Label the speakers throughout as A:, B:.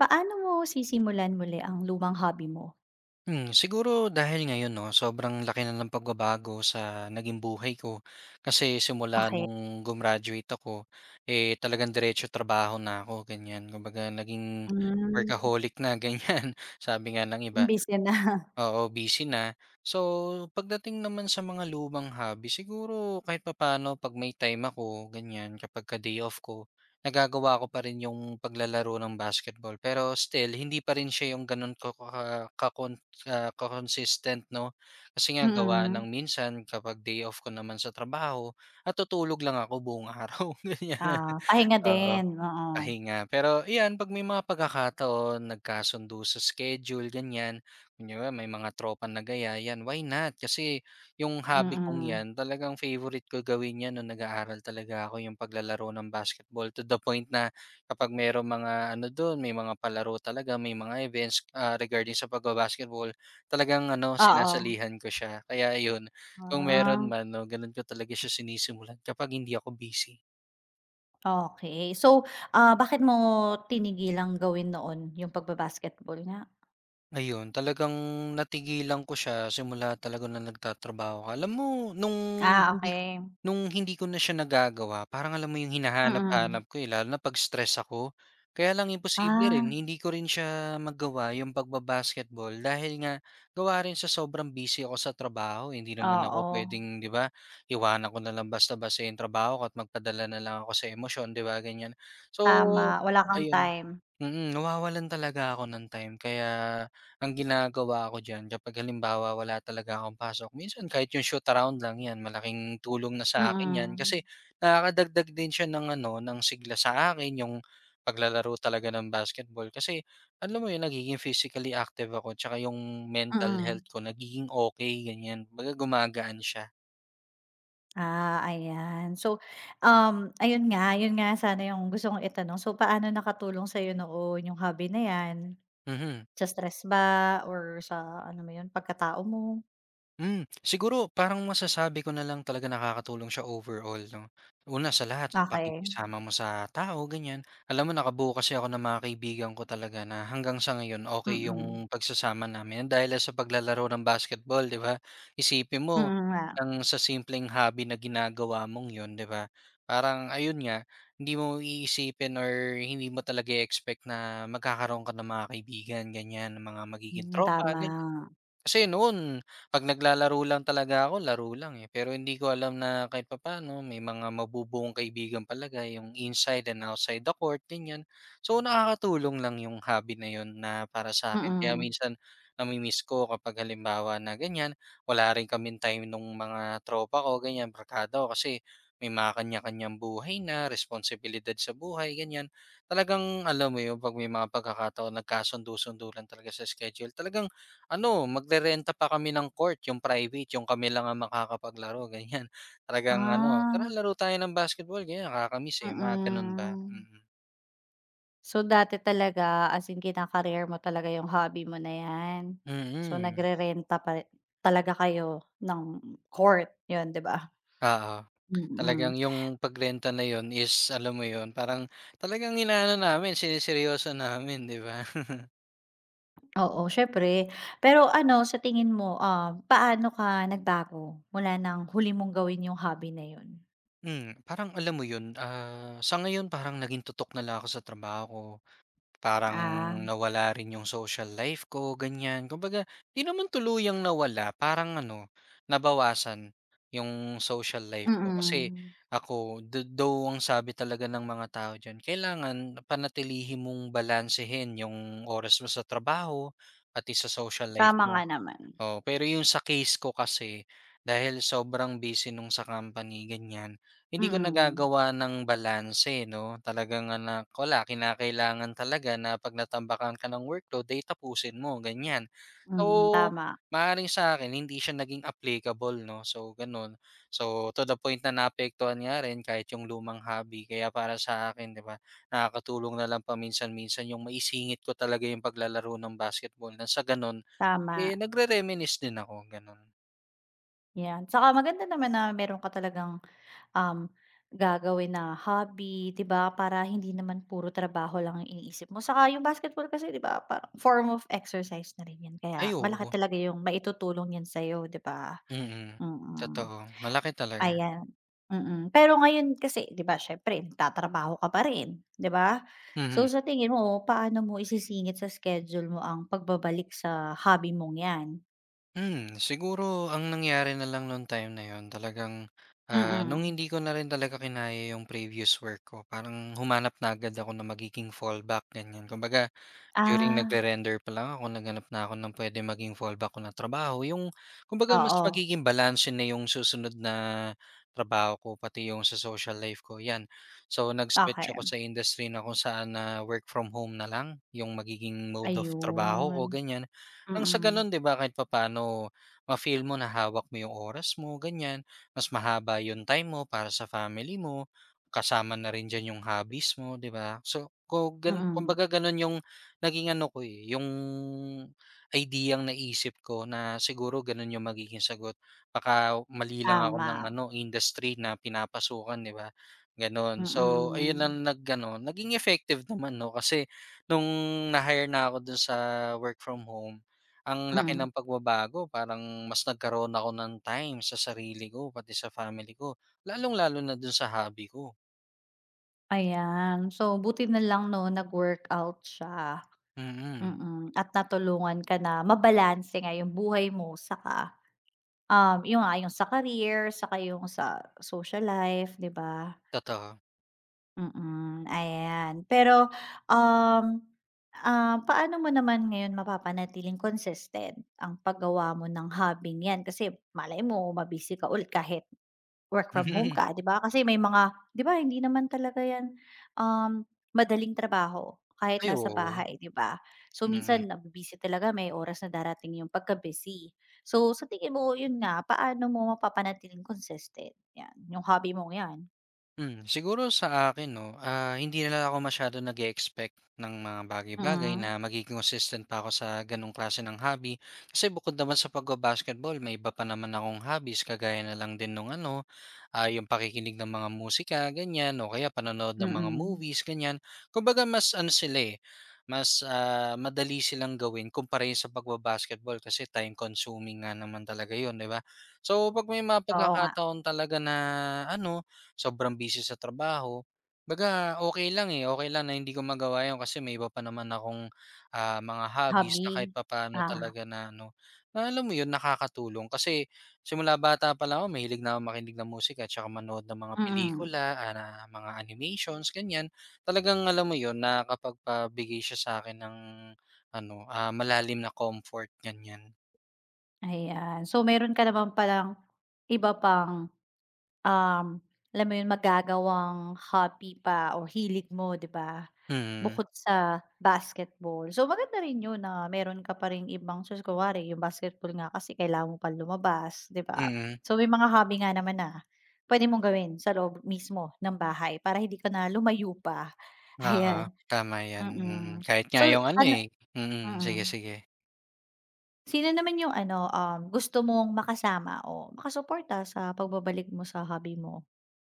A: Paano mo sisimulan muli ang lumang hobby mo?
B: Siguro dahil ngayon 'no, sobrang laki na ng pagbabago sa naging buhay ko. Kasi simula
A: Okey.
B: nung gumraduate ako, talagang diretso trabaho na ako, ganyan. Kumbaga naging
A: Hmm,
B: workaholic na, ganyan, sabi nga ng iba.
A: busy na.
B: Oo, busy na. So, pagdating naman sa mga lumang hobby, siguro kahit papaano pag may time ako, ganyan, kapag ka day off ko, nagagawa ko pa rin yung paglalaro ng basketball. Pero still, hindi pa rin siya yung ganun ko ka consistent, no? Kasi nga gawa
A: Mm,
B: ng minsan kapag day off ko naman sa trabaho, at tutulog lang ako buong araw, ganyan.
A: ah, pahinga
B: Oo.
A: din, oo.
B: Pahinga. Pero iyan, 'pag may mga pagkakataon nagkasundo sa schedule, ganyan. Kunyari may mga tropa nag-aya, 'yan, why not? Kasi yung hobby kong
A: Mm,
B: 'yan, talagang favorite ko gawin 'yan nung nag-aaral talaga ako, yung paglalaro ng basketball. To the point na kapag merong mga ano dun, may mga palaro talaga, may mga events, regarding sa pagba-basketball, talagang ano,
A: oo.
B: sinasalihan ko siya. Kaya yun kung meron
A: Ah,
B: man 'no, ganun ko talaga siya sinisimulan kapag hindi ako busy.
A: okey. So, bakit mo tinigilang gawin noon yung pagba-basketball nga?
B: Ayun, talagang natigilan ko siya simula talaga nung nagtatrabaho ako. Alam mo nung
A: Ah,
B: hindi ko
A: okey.
B: hindi ko na siya nagagawa parang alam mo yung
A: Mm.
B: hinahanap-hanap ko, eh, lalo na 'pag stress ako. Kaya lang imposible rin
A: Ah,
B: hindi ko rin siya magawa yung pagba-basketball dahil nga gawa rin sa sobrang busy ako sa trabaho, hindi naman ako
A: oo,
B: puwedeng 'di ba, iwanan ko na lang basta-basta yung trabaho ko at magpadala na lang ako sa emosyon 'di ba, ganyan. So,
A: tama. Wala kang
B: ayun.
A: time.
B: Mm, nawawalan talaga ako ng time kaya ang ginagawa ko diyan kapag halimbawa wala talaga akong pasok, minsan kahit yung shoot around lang 'yan malaking tulong na sa akin 'yan
A: Mm,
B: kasi nakakadagdag din siya ng ano, ng sigla sa akin yung paglalaro talaga ng basketball kasi alam mo 'yun nagiging physically active ako 'tsaka yung mental
A: mm.
B: health ko nagiging okey, ganiyan. Kumbaga gumagaan siya.
A: Ah, ayan. So, um, ayun nga, yun nga sana yung gusto kong itanong. So, paano nakatulong sa'yo noon yung hobby na 'yan?
B: Mhm.
A: Sa stress ba or sa ano mo yun, pagkatao mo?
B: Siguro parang masasabi ko na lang talaga nakakatulong siya overall 'no. Una sa lahat sa
A: Okay.
B: pakikisama mo sa tao ganyan. Alam mo nakabuo kasi ako ng mga kaibigan ko talaga na hanggang sa ngayon okey
A: Mm.
B: yung pagsasama namin dahil sa paglalaro ng basketball 'di ba? Isipin mo
A: Mm nga,
B: ang sa simpleng hobby na ginagawa mong yun 'di ba, parang ayun nga hindi mo iisipin or hindi mo talaga expect na magkakaroon ka ng mga kaibigan ganyan, ng mga magiging
A: hmm,
B: tropa
A: tama.
B: ganyan. Kasi noon 'pag naglalaro lang talaga ako, laro lang, eh. Pero hindi ko alam na kahit papaano may mga mabubuong kaibigan palaga yung inside and outside the court, ganyan. So, nakakatulong lang yung hobby na yun na para sa akin. Kaya
A: Mm.
B: minsan nami-miss ko kapag halimbawa na ganyan, wala rin kaming time nung mga tropa ko, ganyan, barkada ko kasi may mga kanya-kanyang buhay na, responsibilidad sa buhay, ganyan. Talagang alam mo yun, 'pag may mga pagkakataon nagkasundo-sundo lang talaga sa schedule, talagang ano, maglerenta pa kami ng court, yung private, yung kami lang ang makakapaglaro, ganyan. Talagang ano,
A: Ah,
B: "Tara laro tayo ng basketball." Ganyan, nakakamiss, eh, mga gano'n ba,
A: mm.
B: mm.
A: So, dati talaga as in kina-career mo talaga yung hobby mo na 'yan. So,
B: Mm,
A: nagrerenta pa talaga kayo ng court, yun, 'di ba?
B: oo.
A: Mm.
B: Talagang yung pagrenta na yun is alam mo yon, parang talagang inaano namin, siniseryoso namin, 'di ba?
A: Oo, siyempre. Pero ano, sa tingin mo, paano ka nagbago mula nang huli mong gawin yung hobby na yun?
B: Parang alam mo yun, sa ngayon parang naging tutok na lang ako sa trabaho ko. Parang
A: Ah.
B: nawala rin yung social life ko, ganyan. Kumbaga, 'di naman tuluyang nawala, parang ano, nabawasan yung social life ko. Kasi
A: Mm.
B: ako, though ang sabi talaga ng mga tao diyan, kailangan panatilihin mong balansehin yung oras mo sa trabaho pati sa social life
A: Tama nga
B: mo.
A: naman.
B: Oo, pero yung sa case ko kasi, dahil sobrang busy nung sa company, ganyan, hindi ko
A: Mm.
B: nagagawa ng balanse, eh, 'no? Talagang anak wala, kinakailangan talaga na 'pag natambakan ka ng workload ay tapusin mo, ganyan.
A: Mm,
B: So,
A: tama,
B: maaaring sa akin hindi siya naging applicable, 'no? So, gano'n. So, to the point na naapektuhan nga rin kahit yung lumang hobby. Kaya para sa akin, 'di ba, nakakatulong na lang paminsan-minsan yung maisingit ko talaga yung paglalaro ng basketball nang sa gano'n,
A: tama.
B: eh, nagre-reminisce din ako, gano'n.
A: 'Yan. Tsaka maganda naman na meron ka talagang, um, gagawin na hobby, 'di ba, para hindi naman puro trabaho lang ang iniisip mo. Saka yung basketball kasi, 'di ba, parang form of exercise na rin 'yan. Kaya
B: Ay,
A: malaki
B: oo.
A: talaga yung maitutulong niyan sa'yo, 'di ba?
B: Mm,
A: Mm.
B: totoo. Malaki talaga.
A: Ayan, mm. Pero ngayon kasi 'di ba siyempre nagtatrabaho ka pa rin, 'di ba? So,
B: Mhm.
A: sa tingin mo paano mo isisingit sa schedule mo ang pagbabalik sa hobby mong 'yan?
B: Siguro ang nangyari na lang nung time na 'yun talagang, nung
A: Mm.
B: hindi ko na rin talaga kinaya yung previous work ko, parang humanap na agad ako ng magiging fallback, ganiyan. Kumbaga during
A: Ah,
B: nagre-render pa lang ako naghanap na ako ng puwedeng maging fallback ko na trabaho, yung kumbaga mas
A: oo,
B: magiging balanse na yung susunod na trabaho ko pati yung sa social life ko, 'yan. So, nag-switch ako
A: okey.
B: sa industry na kung saan na work from home na lang yung magiging mode of trabaho ko,
A: Ayun,
B: ganyan. Nang sa
A: mm,
B: gano'n, 'di ba, kahit papaano ma-feel mo na hawak mo yung oras mo, ganyan. Mas mahaba yung time mo para sa family mo, kasama na rin diyan yung hobbies mo, 'di ba? So, ko ganu
A: mm.
B: kumbaga gano'n yung naging ano ko, eh, yung ideyang naisip ko na siguro gano'n yung magiging sagot. Baka mali lang ako ng
A: Tama.
B: ano, industry na pinapasukan, 'di ba, gano'n. So, ayun lang
A: Mm,
B: nag ano, naging effective naman 'no, kasi nung na-hire na ako dun sa work from home, ang laki
A: mm.
B: ng pagbabago. Parang mas nagkaroon ako ng time sa sarili ko, pati sa family ko, lalong-lalo na do'n sa hobby ko.
A: Ayan, so buti na lang 'no nag-workout siya,
B: Mm,
A: mm. At natulungan ka na mabalanse nga yung buhay mo saka yun nga yung sa career, saka yung sa social life, 'di ba?
B: totoo.
A: Mm, ayan. Pero, um, paano mo naman ngayon mapapanatiling consistent ang paggawa mo ng hobby yan? Kasi malay mo mabisi ka ulit kahit work from home ka, 'di ba? Kasi may mga 'di ba hindi naman talaga 'yan, madaling trabaho kahit
B: Ay,
A: nasa
B: oo.
A: bahay, 'di ba? So,
B: Mm.
A: minsan nabu-busy talaga, may oras na darating yung pagka-busy. So, sa tingin mo, yun nga, paano mo mapapanatiling consistent, 'yan, yung hobby mo 'yan?
B: Siguro sa akin 'no, hindi na lang ako masyado nag-e-expect ng mga bagay-bagay
A: Mm,
B: na magiging consistent pa ako sa gano'ng klase ng hobby. Kasi bukod naman sa pagba-basketball may iba pa naman akong hobbies kagaya na lang din nung ano, yung pakikinig ng mga musika ganyan o kaya panonood ng mga
A: mm.
B: movies ganyan. Kumbaga mas ano sila, eh, mas, madali silang gawin kumpara yun sa pagba-basketball kasi time consuming nga naman talaga yun, 'di ba? So, 'pag may mga
A: Oo nga,
B: pagkakataon talaga na ano sobrang busy sa trabaho. 'Baga okay lang, eh, okay lang na hindi ko magawa 'yun kasi may iba pa naman akong, mga hobbies na kahit
A: hobby.
B: papaano
A: Ah,
B: talaga na ano, na alam mo 'yun, nakakatulong. Kasi simula bata pa lang ako mahilig na akong makinig ng musika tsaka manood ng mga
A: mm.
B: pelikula, na mga animations, ganiyan. Talagang alam mo 'yun, nakakapagbigay siya sa akin ng ano, malalim na comfort, ganiyan.
A: Ayan. So, meron ka naman palang iba pang, um, alam mo yun, magagawang hobby pa or hilig mo, 'di ba?
B: Mm,
A: Bukod sa basketball. So, maganda rin yun na meron ka pa ring ibang choice kunwari yung basketball nga kasi kailangan mo pa lumabas, 'di ba?
B: mm.
A: So, may mga hobby nga naman na puwede mong gawin sa loob mismo ng bahay para hindi ka na lumayo pa,
B: Oo,
A: ayan.
B: tama 'yan, mm.
A: Mm.
B: Kahit nga
A: So,
B: yung ano,
A: ano
B: sige,
A: mm.
B: sige.
A: Sino naman yung ano, gusto mong makasama o makasuporta sa pagbabalik mo sa hobby mo?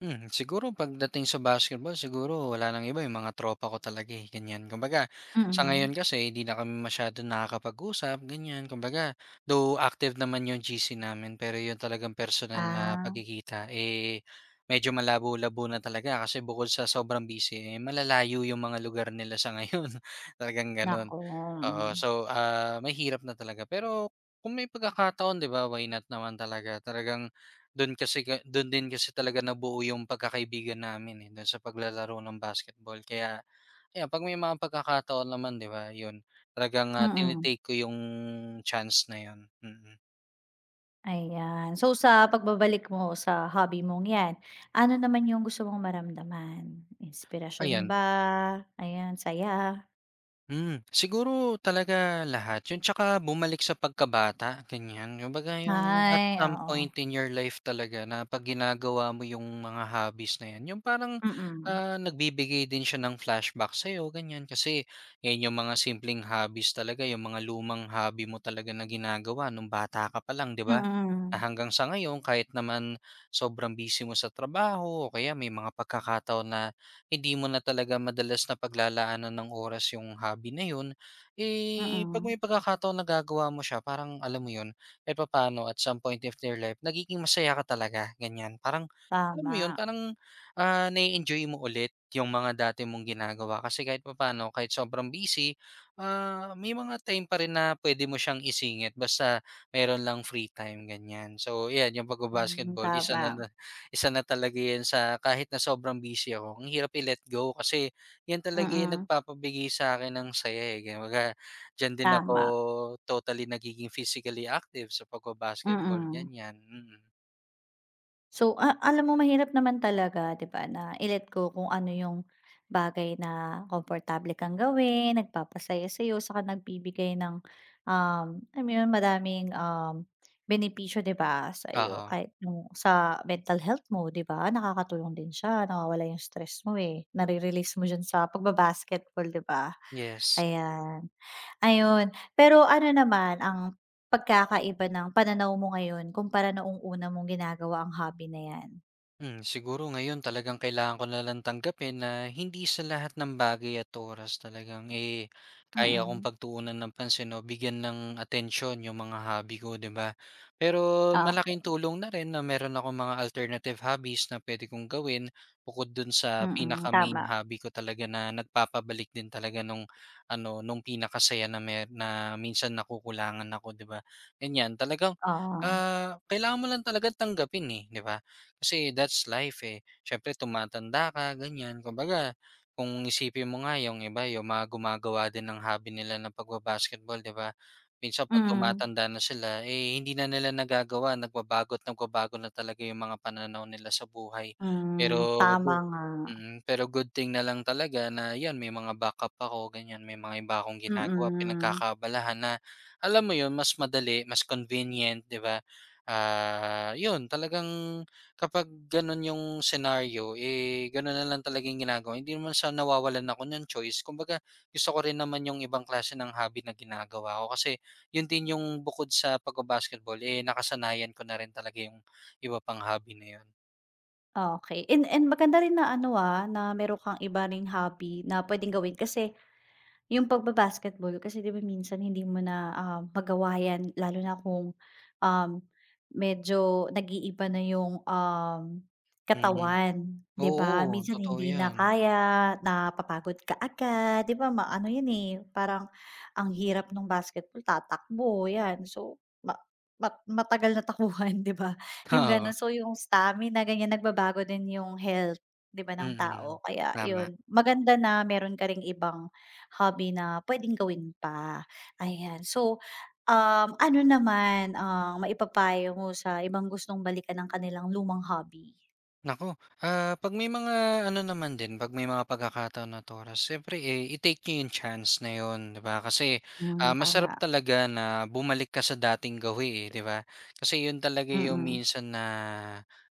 B: Siguro pagdating sa basketball siguro wala ng iba, yung mga tropa ko talaga, eh, ganyan. Kumbaga sa
A: Mm.
B: ngayon kasi hindi na kami masyadong nakakapag-usap, ganyan. Kumbaga, though active naman yung GC namin, pero yung talagang personal na
A: Ah,
B: pagkikita, eh, medyo malabo-labo na talaga kasi bukod sa sobrang busy, eh, malalayo yung mga lugar nila sa ngayon, talagang gano'n.
A: naku,
B: Oo,
A: mm.
B: so, mahirap na talaga pero kung may pagkakataon 'di ba, why not naman talaga. Talagang dun din kasi talaga nabuo yung pagkakaibigan namin, eh, dun sa paglalaro ng basketball. Kaya ayan, 'pag may mga pagkakataon naman, 'di ba, yun, talagang, ah, tini
A: Mm.
B: ko yung chance na yun, mm.
A: Ayan. So, sa pagbabalik mo sa hobby mong 'yan, ano naman yung gusto mong maramdaman? Inspirasyon
B: Ayan.
A: ba? Ayan, saya?
B: Siguro talaga lahat yun tsaka bumalik sa pagkabata ganyan. Kumbaga yung at
A: Ay,
B: some
A: oo.
B: point in your life talaga na 'pag ginagawa mo yung mga hobbies na yan, yung parang,
A: Mm.
B: nagbibigay din siya ng flashback sa'yo ganyan. Kasi yan yung mga simpleng hobbies talaga, yung mga lumang hobby mo talaga na ginagawa nung bata ka pa lang 'di ba? Na
A: Mm.
B: hanggang sa ngayon kahit naman sobrang busy mo sa trabaho o kaya may mga pagkakataon na hindi mo na talaga madalas na paglalaanan ng oras yung hobby na yun, eh, 'pag
A: Mm.
B: may pagkakataon nagagawa mo siya parang alam mo yun, kahit papaano at some point of their life nagiging masaya ka talaga, ganyan. Parang alam mo yun,
A: Tama.
B: parang, na enjoy mo ulit yung mga dati mong ginagawa kasi kahit papaano, kahit sobrang busy, may mga time pa rin na pwede mo siyang isingit basta meron lang free time, ganyan. So, 'yan yung
A: Hmm,
B: pagba-basketball
A: tama.
B: isa na talaga 'yan sa kahit na sobrang busy ako, ang hirap i-let go kasi 'yan talaga yung
A: Mm.
B: nagpapabigay sa akin ng saya, eh, kumbaga diyan din ako
A: Tama.
B: totally nagiging physically active sa pagba-basketball,
A: Mm.
B: ganyan, mm.
A: So, alam mo mahirap naman talaga 'di ba na i-let go kung ano yung bagay na komportable kang gawin, nagpapasaya sa'yo, saka nagbibigay ng, alam mo madaming, benepisyo 'di ba sa'yo
B: Oo,
A: kahit yung sa mental health mo 'di ba nakakatulong din siya, nawawala yung stress mo, eh, nare-release mo diyan sa pagbabasketball 'di ba?
B: yes.
A: Ayan, ayun. Pero ano naman ang pagkakaiba ng pananaw mo ngayon kumpara noong una mong ginagawa ang hobby na 'yan?
B: Siguro ngayon talagang kailangan ko na lang tanggapin na hindi sa lahat ng bagay at oras talagang, eh, kaya kong
A: Mm,
B: pagtuunan ng pansin o bigyan ng atensyon yung mga hobby ko, 'di ba? Pero malaking
A: okey.
B: tulong na rin na meron akong mga alternative hobbies na puwede kong gawin bukod dun sa
A: Mm,
B: pinaka-main
A: tama,
B: hobby ko talaga na nagpapabalik din talaga nung ano, nung pinakasaya na mer na minsan nakukulangan ako, 'di ba? Ganyan, talagang,
A: oo,
B: kailangan mo lang talagang tanggapin, eh, 'di ba? Kasi that's life, eh. Siyempre tumatanda ka, ganyan. Kumbaga, kung isipin mo nga yung iba, yung mga gumagawa din ng hobby nila ng pagba-basketball, 'di ba? Minsan 'pag
A: mm,
B: tumatanda na sila, eh, hindi na nila nagagawa, nagbabago at nagbabago na talaga yung mga pananaw nila sa buhay. Pero
A: hmm, tama
B: go
A: nga,
B: mm, pero good thing na lang talaga na 'yan, may mga backup ako, ganyan. May mga iba akong ginagawa,
A: mm.
B: pinagkakaabalahan na alam mo 'yun, mas madali, mas convenient, 'di ba? Ah, 'yun talagang Kapag gano'n yung senaryo, eh, gano'n na lang talaga yung ginagawa. Hindi naman sa nawawalan ako ng choice. Kumbaga, gusto ko rin naman yung ibang klase ng hobby na ginagawa ko kasi yun din yung bukod sa pagba-basketball, eh, nakasanayan ko na rin talaga yung iba pang hobby na yun.
A: Okey, and maganda rin na ano, na meron kang iba ring hobby na puwedeng gawin kasi yung pagba-basketball kasi 'di ba minsan hindi mo na, magawa 'yan lalo na kung, um, medyo nag-iiba na yung,
B: Mm.
A: katawan, 'di ba? Mm.
B: Oo,
A: Minsan
B: totoo
A: hindi na
B: yan.
A: kaya, napapagod ka agad, 'di ba ano 'yan, eh, parang ang hirap ng basketball tatakbo 'yan. So, ma ma matagal na takbuhan 'di ba, yung
B: Oo.
A: gano'n. So, yung stamina ganyan, nagbabago din yung health 'di ba ng
B: Mm.
A: tao kaya
B: Tama.
A: 'yun, maganda na meron ka ring ibang hobby na puwedeng gawin pa, ayan. So, ano naman ang maipapayo mo sa ibang gustong balikan ng kanilang lumang hobby?
B: Nako, 'pag may mga ano naman din, 'pag may mga pagkakataon na oras siyempre, eh, i-take niyo yung chance na yun, 'di ba? Kasi,
A: Hmm,
B: masarap
A: tama,
B: talaga na bumalik ka sa dating gawi, eh, 'di ba? Kasi yun talaga yung
A: mm.
B: minsan na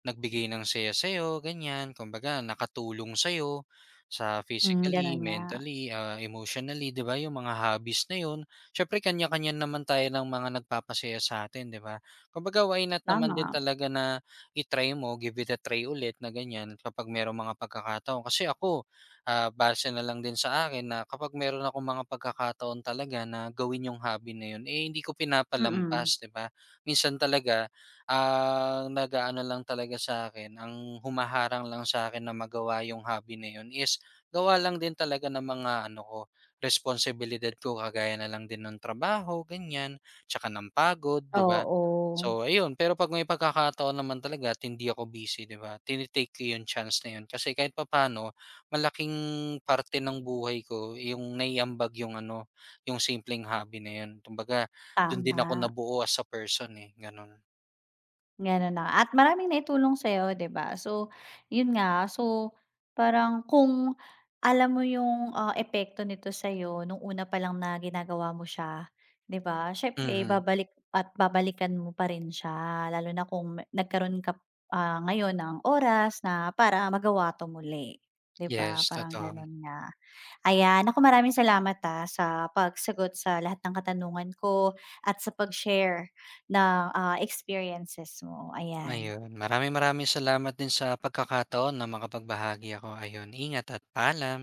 B: nagbigay ng saya sa'yo, ganyan. Kumbaga nakatulong sa'yo sa
A: Hmm, gano'n
B: physically,
A: nga,
B: mentally, emotionally, 'di ba, yung mga hobbies na yun. Siyempre kanya-kanya naman tayo ng mga nagpapasaya sa atin, 'di ba? Kumbaga why not naman din
A: tama,
B: talaga na i-try mo, give it a try ulit na ganyan kapag merong mga pagkakataon. Kasi ako, base na lang din sa akin na kapag meron ako mga pagkakataon talaga na gawin yung hobby na yun, eh hindi ko
A: mm.
B: pinapalampas, di ba? Minsan talaga, ang nagaano lang talaga sa akin, ang humaharang lang sa akin na magawa yung hobby na yun is gawa lang din talaga ng mga ano ko, responsibilidad ko kagaya na lang din ng trabaho, ganyan, tsaka ng pagod, 'di ba?
A: Oo,
B: So, ayun. Pero 'pag may pagkakataon naman talaga at hindi ako busy, 'di ba, tinitake take ko 'yung chance na 'yun. Kasi kahit papaano malaking parte ng buhay ko 'yung naiambag 'yung ano, 'yung simpleng hobby na 'yun. Kumbaga do'n din ako
A: tama.
B: nabuo as a person, eh, gano'n.
A: Gano'n na at maraming naitulong sa'yo, 'di ba? So, 'yun nga. So, parang kung alam mo yung, epekto nito sa'yo nung una pa lang na ginagawa mo siya, 'di ba? Siyempre
B: Mhm.
A: babalik at babalikan mo pa rin siya lalo na kung nagkaroon ka, ngayon ng oras na para magawa 'to muli, 'di ba?
B: Yes,
A: Parang
B: totoo.
A: gano'n nga. Ayan, naku maraming salamat, sa pagsagot sa lahat ng katanungan ko at sa pag-share ng, experiences mo, ayan.
B: Ayun, maraming maraming salamat din sa pagkakataon na makapagbahagi ako. Ayun, ingat at paalam.